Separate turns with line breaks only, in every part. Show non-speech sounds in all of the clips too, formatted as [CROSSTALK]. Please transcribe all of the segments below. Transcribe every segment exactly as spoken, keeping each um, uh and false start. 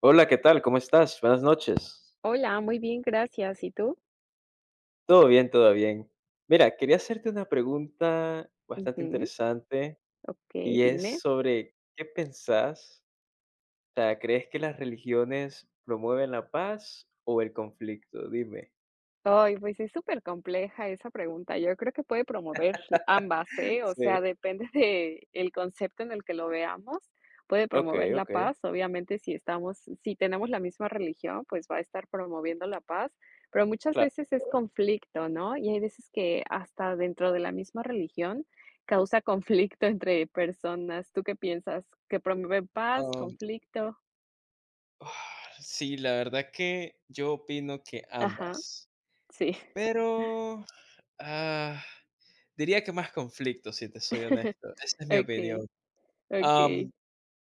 Hola, ¿qué tal? ¿Cómo estás? Buenas noches.
Hola, muy bien, gracias. ¿Y tú?
Todo bien, todo bien. Mira, quería hacerte una pregunta bastante
Ujú,
interesante
ok,
y es
dime.
sobre qué pensás, o sea, ¿crees que las religiones promueven la paz o el conflicto? Dime.
Ay, pues es súper compleja esa pregunta. Yo creo que puede promover ambas, ¿eh?
[LAUGHS]
O
Sí,
sea, depende [LAUGHS] de el concepto en el que lo veamos. Puede promover
okey,
la
okey,
paz, obviamente, si estamos, si tenemos la misma religión, pues va a estar promoviendo la paz, pero muchas
claro,
veces es
claro.
conflicto, ¿no? Y hay veces que hasta dentro de la misma religión causa [LAUGHS] conflicto entre personas. ¿Tú qué piensas? ¿Que promueve paz,
Am,
conflicto?
[SIGHS] sí, la verdad que yo opino que
Ajá,
ambas,
sí.
pero, ah, diría que más conflicto, si te soy honesto, esa es mi opinión.
Okay, okay,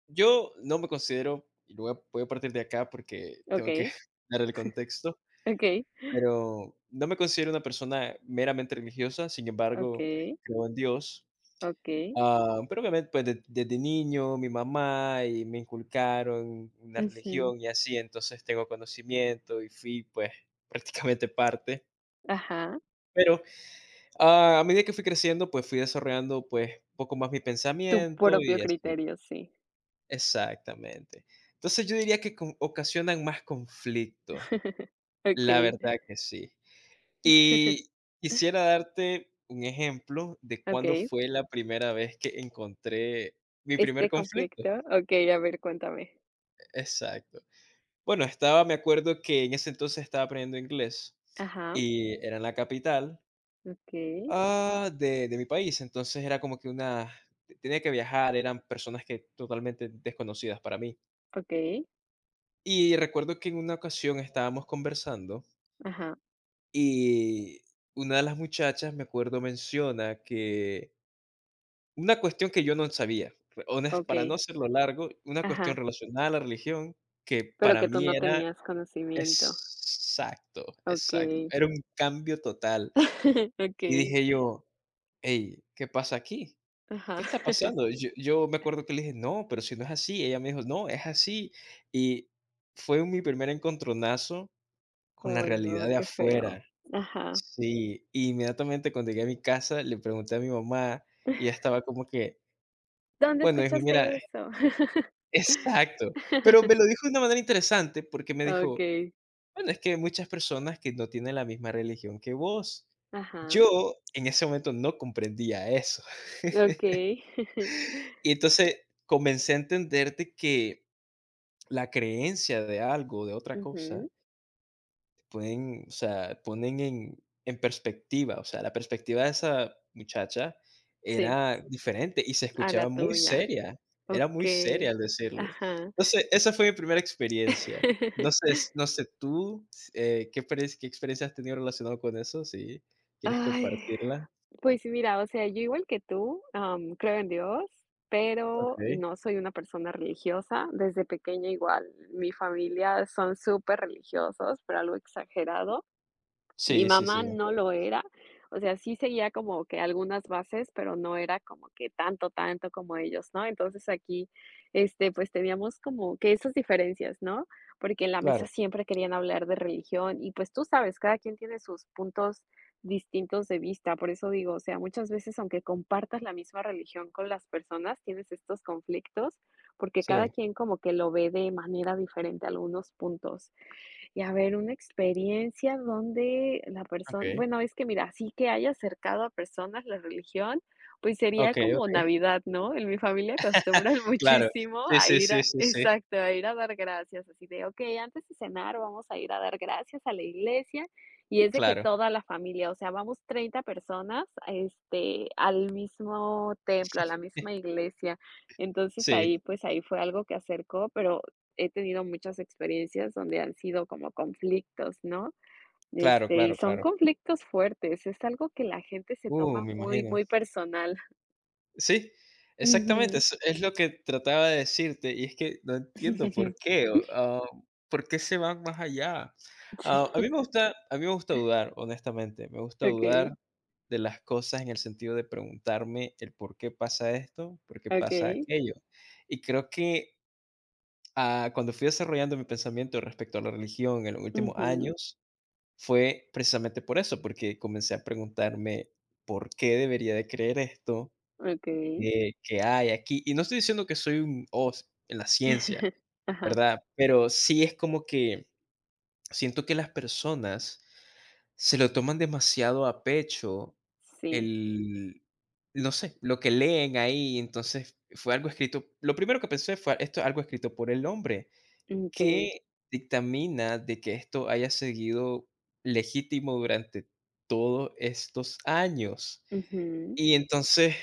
Yo no me considero, y luego voy voy a partir de acá porque tengo que
okay,
[LAUGHS] dar el contexto,
okay,
pero no me considero una persona meramente religiosa, sin embargo, pues,
okay,
creo en Dios.
okay.
Ah, pero obviamente, pues, de desde niño, mi mamá y me inculcaron una
Ujú,
religión y así, entonces tengo conocimiento y fui, pues, [LAUGHS] prácticamente parte.
ajá,
Pero, ah, a medida que fui creciendo, pues, fui desarrollando, pues, un poco más mi
tu
pensamiento
propio
y así.
criterio, sí.
Exactamente. Entonces, yo diría que con ocasionan más conflicto,
[LAUGHS]
la
Okay.
verdad que sí. Y
[LAUGHS]
quisiera darte un ejemplo de cuándo
Okay.
fue la primera vez que encontré mi
Este
primer conflicto.
conflicto, okay. A ver, cuéntame.
Exacto. Bueno, estaba me acuerdo que en ese entonces estaba aprendiendo inglés
Ajá,
y era en la capital,
okay.
ah, de de mi país, entonces era como que una tenía que viajar, eran personas que totalmente desconocidas para mí.
Okay.
Y recuerdo que en una ocasión estábamos conversando
Ajá,
y una de las muchachas, me acuerdo, menciona que una cuestión que yo no sabía, re- honest- para no
okay.
hacerlo largo, una cuestión
Ajá,
relacionada a la religión que
pero
para
que tú no
mí era
tenías conocimiento.
exacto, exacto,
Okay.
era un cambio total.
[LAUGHS]
Y
Okay.
dije yo, hey, ¿qué pasa aquí?
Ajá.
¿Qué está pasando? Yo, yo me acuerdo que le dije, no, pero si no es así, ella me dijo, no, es así. Y fue mi primer encontronazo con la
Ay, no,
realidad de
qué feo.
afuera.
Ajá.
Sí, y inmediatamente cuando llegué a mi casa, le pregunté a mi mamá y ella estaba como que,
¿Dónde
bueno, dijo:
escuchaste
"Mira" [LAUGHS]
eso?
exacto, pero me
[LAUGHS]
lo dijo de una manera interesante porque me dijo:
Okay,
"Bueno, es que hay muchas personas que no tienen la misma religión que vos".
ajá,
Yo en ese momento no comprendía eso. [LAUGHS]
okay, [LAUGHS]
Y entonces comencé a entenderte que la creencia de algo, de otra cosa,
ujú,
pueden, o sea, ponen en en perspectiva, o sea, la perspectiva de esa muchacha
sí,
era diferente y se
a la
escuchaba muy
tuya,
seria, era muy seria
okay,
al decirlo.
ajá.
Entonces, esa fue mi primera experiencia. No
[LAUGHS]
sé s no sé tú, eh, ¿qué experien qué experiencia has tenido relacionado con eso? Si quieres
Ay,
compartirla.
pues mira, o sea, yo igual que tú, am, creo en Dios, pero
Okey.
no soy una persona religiosa. Desde pequeña igual, mi familia son súper religiosos, pero algo exagerado. Mi
Sí, sí,
mamá
sí,
no lo era, o sea, sí seguía como que algunas bases, pero no era como que tanto, tanto como ellos, ¿no? Entonces aquí, este, pues teníamos como que esas diferencias, ¿no? Porque en la mesa
claro,
siempre querían hablar de religión y pues tú sabes, cada quien tiene sus puntos distintos de vista, por eso digo, o sea, muchas veces aunque compartas la misma religión con las personas, tienes estos conflictos porque cada
sí.
quien como que lo ve de manera diferente a algunos puntos. Y a ver, una experiencia donde la persona,
Okey.
bueno, es que mira, así que haya acercado a personas la religión, pues sería
Okey,
como
okey.
Navidad, ¿no? En mi familia acostumbran [LAUGHS]
Claro.
muchísimo
Sí,
a
sí,
ir
sí,
a,
sí, sí.
exacto, a ir a dar gracias, así de, ok, antes de cenar vamos a ir a dar gracias a la iglesia y es de que
Claro.
toda la familia, o sea, vamos treinta personas, este, al mismo templo, a la misma
[LAUGHS]
iglesia. Entonces
Sí.
ahí, pues ahí fue algo que acercó, pero he tenido muchas experiencias donde han sido como conflictos, ¿no?
Claro,
Este, y
claro,
son
claro.
conflictos fuertes, es algo que la gente se
Uh,
toma
me
muy,
imagino.
muy personal.
Sí, exactamente,
Ujú.
es es lo que trataba de decirte, y es que no entiendo
[LAUGHS]
por qué, o ah, por qué se van más allá. Ah, a
Sí,
mí me gusta a mí me gusta dudar, honestamente, me gusta
okay,
dudar de las cosas en el sentido de preguntarme el por qué pasa esto, por qué pasa
okey.
aquello. Y creo que, ah, cuando fui desarrollando mi pensamiento respecto a la religión en los últimos
Ujú,
años, fue precisamente por eso, porque comencé a preguntarme por qué debería de creer esto,
okey.
que que hay aquí. Y no estoy diciendo que soy un os en la ciencia,
[LAUGHS] Ajá,
¿verdad? Pero sí es como que siento que las personas se lo toman demasiado a pecho
sí,
el no sé, lo que leen ahí, entonces fue algo escrito lo primero que pensé fue, esto es algo escrito por el hombre,
okay, okey.
¿qué dictamina de que esto haya seguido legítimo durante todos estos años?
Ujú.
Y entonces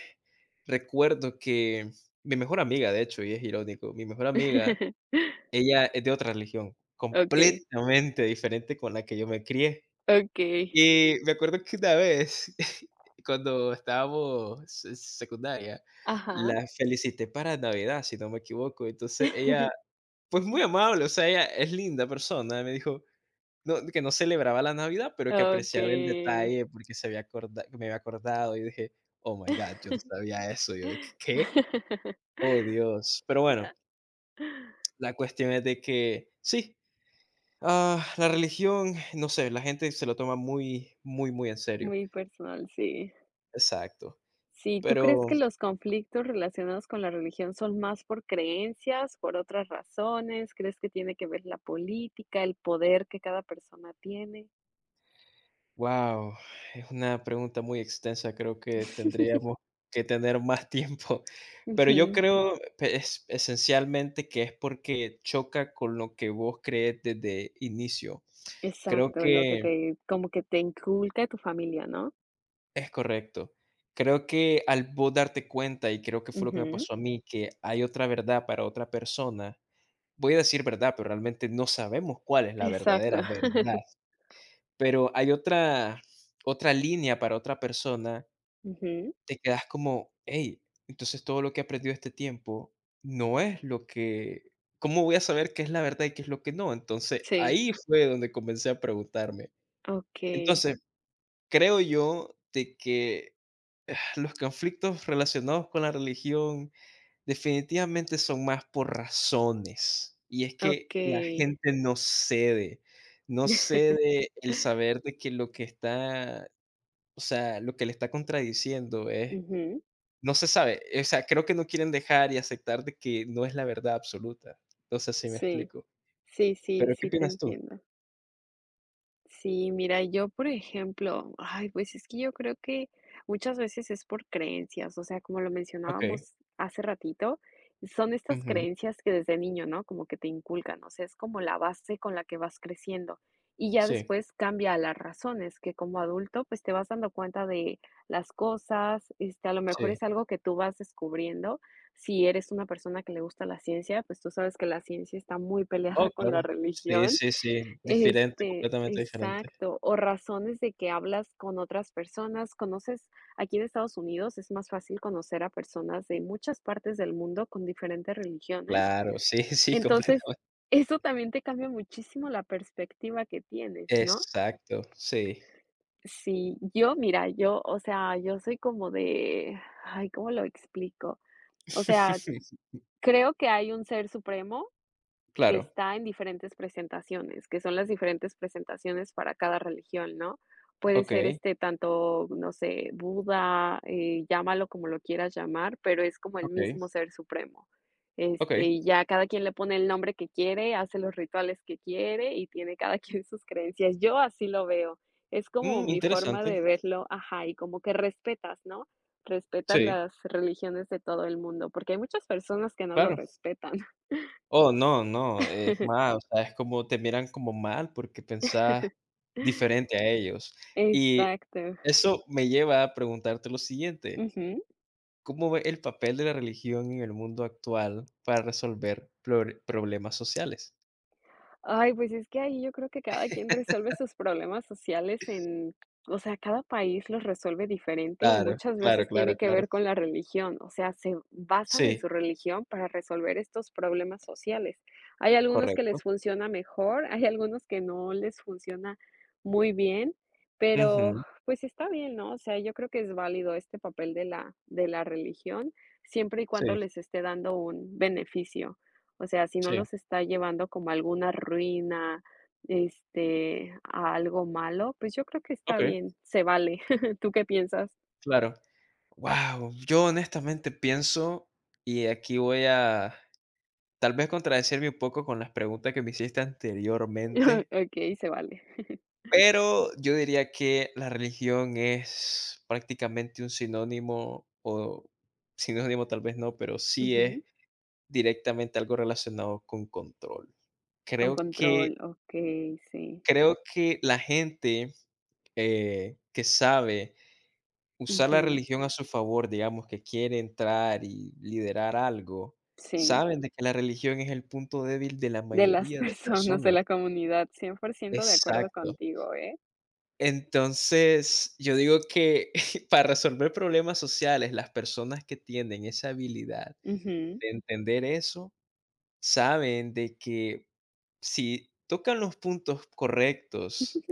recuerdo que mi mejor amiga, de hecho, y es irónico, mi mejor amiga,
[LAUGHS]
ella es de otra religión,
Okay,
completamente diferente con la que yo me crié.
okey.
Y me acuerdo que una vez, [LAUGHS] cuando estábamos en secundaria,
Ajá.
la felicité para Navidad, si no me equivoco. Entonces ella,
[LAUGHS]
pues muy amable, o sea, ella es linda persona, me dijo no, que no celebraba la Navidad, pero que apreciaba el
Okay.
detalle porque se había acorda- que me había acordado y dije, oh my God, yo no sabía eso. Yo ¿qué?
[LAUGHS]
Oh, Dios. Pero bueno,
[LAUGHS]
la cuestión es de que sí, ah, la religión, no sé, la gente se lo toma muy, muy, muy en serio.
Muy personal, sí.
Exacto.
Sí, ¿tú crees
Pero,
que los conflictos relacionados con la religión son más por creencias, por otras razones? ¿Crees que tiene que ver la política, el poder que cada persona tiene?
wow, es una pregunta muy extensa, creo que
[LAUGHS]
tendríamos que tener más [LAUGHS] tiempo. Pero yo
Ujú,
creo pe- es, esencialmente que es porque choca con lo que vos crees desde inicio. Creo
exacto, lo que
que
te como que te inculca tu familia, ¿no?
Es correcto. Creo que al vos darte cuenta, y creo que fue lo que me
Ujú,
pasó a mí, que hay otra verdad para otra persona, voy a decir verdad, pero realmente no sabemos cuál es la
exacto.
verdadera verdad,
[LAUGHS]
pero hay otra otra línea para otra persona,
Ujú,
te quedas como: "Hey, entonces todo lo que he aprendido este tiempo no es lo que ¿cómo voy a saber qué es la verdad y qué es lo que no?". Entonces,
sí,
ahí fue donde comencé a preguntarme.
okey,
Entonces, creo yo de que [SIGHS] eh, los conflictos relacionados con la religión definitivamente son más por razones, y es que la
okey.
gente no cede, no
[LAUGHS]
cede el saber de que lo que está, o sea, lo que le está contradiciendo es
Ujú,
no se sabe, o sea, creo que no quieren dejar y aceptar de que no es la verdad absoluta. No sé si me
sí,
explico,
sí, sí,
pero, ¿qué
sí te
opinas tú?
entiendo. Sí, mira, yo, por ejemplo, ay, pues es que yo creo que muchas veces es por creencias, o sea, como lo
Okey,
mencionábamos hace ratito, son estas
ujú,
creencias que desde niño, ¿no? Como que te inculcan, o sea, es como la base con la que vas creciendo y ya
sí,
después cambia a las razones, que como adulto, pues te vas dando cuenta de las cosas, este, a lo mejor
sí.
es algo que tú vas descubriendo. Si eres una persona que le gusta la ciencia, pues tú sabes que la ciencia está muy peleada
Oh,
con la
claro. Sí,
religión.
sí, sí, diferente,
Este,
completamente diferente.
exacto, o razones de que hablas con otras personas, conoces aquí en Estados Unidos es más fácil conocer a personas de muchas partes del mundo con diferentes religiones.
Claro, sí, [LAUGHS] sí,
Entonces,
completamente.
eso también te cambia muchísimo la perspectiva que tienes, ¿no?
Exacto, sí.
Sí, yo, mira, yo, o sea, yo soy como de, ay, ¿cómo lo explico? O sea,
[LAUGHS]
creo que hay un ser supremo, que
Claro.
está en diferentes presentaciones, que son las diferentes presentaciones para cada religión, ¿no? Puede ser,
Okey,
este, tanto, no sé, Buda, eh, llámalo como lo quieras llamar, pero es como el
okey,
mismo ser supremo. Este,
okey.
y ya cada quien le pone el nombre que quiere, hace los rituales que quiere y tiene cada [LAUGHS] quien sus creencias. Yo así lo veo. Es como
Mm,
mi forma
interesante.
de verlo, ajá, y como que respetas, ¿no? Respetas
Sí,
las religiones de todo el mundo, porque hay muchas personas que no lo
claro.
respetan.
Oh, no, no, es más, o sea, es como te miran como mal porque pensás
[LAUGHS]
diferente a ellos. Y
Exacto.
eso me lleva a preguntarte lo siguiente,
Ujú.
¿cómo ve el papel de la religión en el mundo actual para resolver plore problemas sociales?
Ay, pues es que ahí yo creo que cada quien resuelve sus problemas sociales en, o sea, cada país los resuelve diferente y
Claro,
muchas
claro,
veces tiene
claro,
que
claro.
ver con la religión, o sea, se basan en su
Sí,
religión para resolver estos problemas sociales. Hay algunos que les
correcto.
funciona mejor, hay algunos que no les funciona muy bien, pero
Ujú,
pues está bien, ¿no? O sea, yo creo que es válido este papel de la, de la religión siempre y cuando
sí.
les esté dando un beneficio. O sea, si no
Sí,
los está llevando como a alguna ruina, este, a algo malo, pues yo creo que está
okey,
bien, se vale. [LAUGHS] ¿Tú qué piensas?
claro. Wow, yo honestamente pienso, y aquí voy a, tal vez, contradecirme un poco con las preguntas que me hiciste
[LAUGHS]
anteriormente,
Okey, se vale. [LAUGHS]
pero yo diría que la religión es prácticamente un sinónimo, o sinónimo tal vez no, pero sí es
Ujú,
directamente algo relacionado con control.
con
Creo que
control, okey, sí.
creo que la gente, eh, que sabe usar la
Ujú,
religión a su favor, digamos, que quiere entrar y liderar algo,
sí,
saben de que la religión es el punto débil de la
de las
mayoría de
[LAUGHS] personas, de
personas.
la comunidad, cien por ciento de acuerdo
Exacto.
contigo, ¿eh?
Entonces, yo digo que [LAUGHS] para resolver problemas sociales, las personas que tienen esa habilidad
Ujú.
de entender eso, saben de que si tocan los puntos correctos,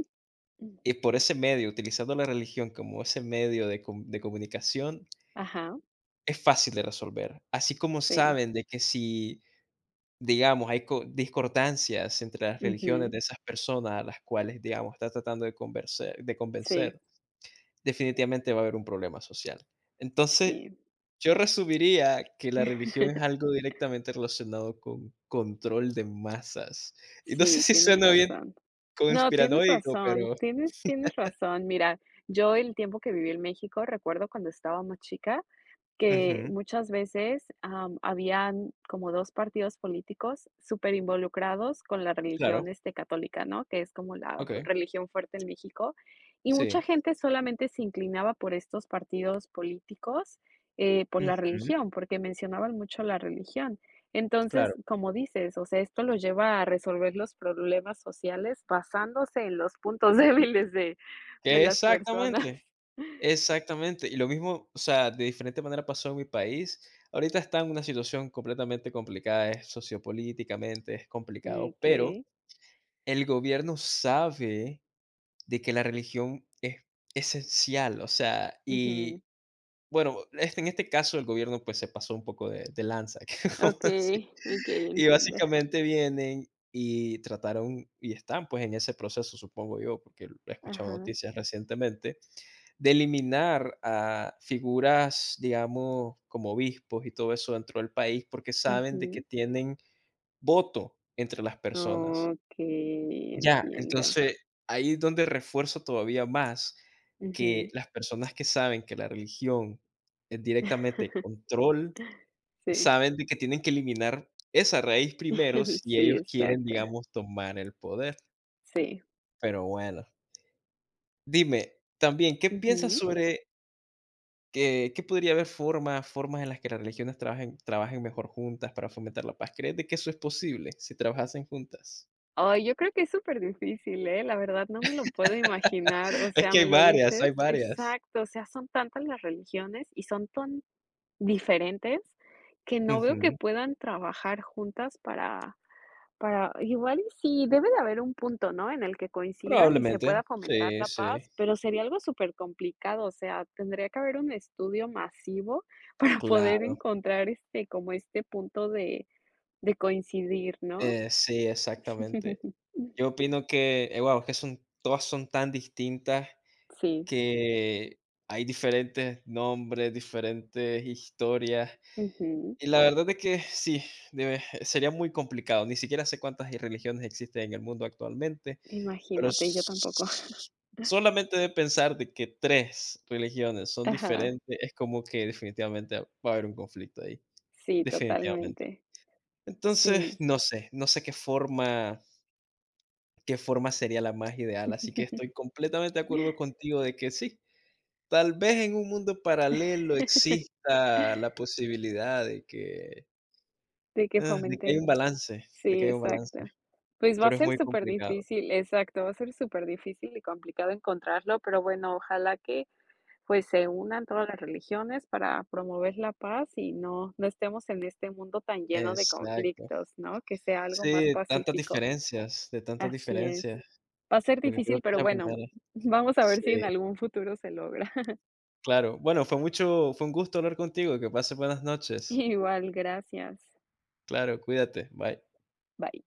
y
[LAUGHS]
por ese medio, utilizando la religión como ese medio de com de comunicación,
Ajá,
es fácil de resolver, así como
sí.
saben de que si, digamos, hay co discordancias entre las religiones
Ujú,
de esas personas a las cuales, digamos, está tratando de convencer de
sí,
convencer, definitivamente va a haber un problema social. Entonces,
sí.
yo resumiría que la religión
[LAUGHS]
es algo directamente relacionado con control de masas. Y no sé
Sí,
si
tienes
suena bien
razón. No, tienes
conspiranoico,
razón,
pero
tienes tienes razón. Mira, yo el tiempo que viví en México, recuerdo cuando estaba más chica, que
ujú,
muchas veces, am, habían como dos partidos políticos súper involucrados con la religión,
claro,
este, católica, ¿no? Que es como la fu
okey,
religión fuerte en México, y mucha
sí,
gente solamente se inclinaba por estos partidos políticos, eh, por la
ujú,
religión, porque mencionaban mucho la religión. Entonces,
claro.
como dices, o sea, esto los lleva a resolver los problemas sociales basándose en los puntos [LAUGHS] débiles de de las personas.
Exactamente.
[LAUGHS]
Exactamente, y lo mismo, o sea, de diferente manera pasó en mi país. Ahorita está en una situación completamente complicada, es sociopolíticamente, es
Mm,
complicado, pero el gobierno sabe de que la religión es esencial, o sea, y bueno, este, en este caso el gobierno pues se pasó un poco de, de lanza, [LAUGHS] ¿cómo así?
okay, okay,
Y
entiendo.
básicamente vienen y trataron y están pues en ese proceso, supongo yo, porque he escuchado
Ajá,
noticias recientemente, de eliminar a figuras, digamos, como obispos y todo eso dentro del país, porque saben de que
ujú.
tienen voto entre las personas.
Okay,
Ya,
entiendo.
entonces ahí es donde refuerzo todavía más que
Ujú.
las personas que saben que la religión es directamente
[LAUGHS]
control,
Sí,
saben de que tienen que eliminar esa raíz primero
[LAUGHS]
si
sí,
ellos quieren,
exacto.
digamos, tomar el poder.
Sí,
Pero bueno, dime, también, ¿qué piensas
ujú.
sobre? ¿Qué qué podría haber formas formas en las que las religiones trabajen trabajen mejor juntas para fomentar la paz? ¿Crees de que eso es posible si trabajasen juntas?
Ay, yo creo que es súper difícil, ¿eh? La verdad no me lo puedo imaginar, o
[LAUGHS] Es
sea,
que hay
¿me lo
varias,
dices?
hay varias.
Exacto, o sea, son tantas las religiones y son tan diferentes que no veo que
Ujú.
puedan trabajar juntas para Para igual y sí, debe de haber un punto, ¿no?, en el que coincidan y se pueda
Probablemente.
fomentar
Sí,
la
sí.
paz, pero sería algo súper complicado, o sea, tendría que haber un estudio masivo [LAUGHS] para poder
Claro.
encontrar, este, como este punto de de coincidir, ¿no?
Eh, sí, exactamente.
[LAUGHS]
Yo opino que, wow que son todas son tan distintas
Sí,
que hay diferentes nombres, diferentes historias.
ujú.
Y la verdad es que sí, debe sería muy complicado. Ni siquiera sé cuántas religiones existen en el mundo actualmente. Pero
Imagínate, yo tampoco.
s-
[LAUGHS]
solamente de pensar de que tres religiones son
Ajá,
diferentes, es como que definitivamente va a haber un conflicto ahí,
sí,
definitivamente.
totalmente.
Entonces,
Sí.
no sé, no sé qué forma qué forma sería la más ideal, así que
[LAUGHS]
estoy completamente de acuerdo contigo de que sí, tal vez en un mundo paralelo exista la posibilidad de que,
De que
ah, de que hay
fomenten
un balance, de
sí,
que hay un balance,
exacto. Pues va a
pero es
ser
muy
súper
complicado.
difícil, exacto, va a ser súper difícil y complicado encontrarlo, pero bueno, ojalá que pues se unan todas las religiones para promover la paz y no, no estemos en este mundo tan lleno de
Exacto.
conflictos, ¿no? Que sea algo más
Sí, tantas
pacífico.
diferencias, de tantas
Así es.
diferencias.
Va a ser
Porque creo
difícil,
que es
pero
la
bueno,
primera.
[LAUGHS] vamos a ver
Sí,
si en algún futuro se logra. [LAUGHS]
claro. Bueno, fue mucho fue un gusto hablar contigo, que pases buenas noches.
Igual, gracias.
Claro, cuídate, bye.
Bye.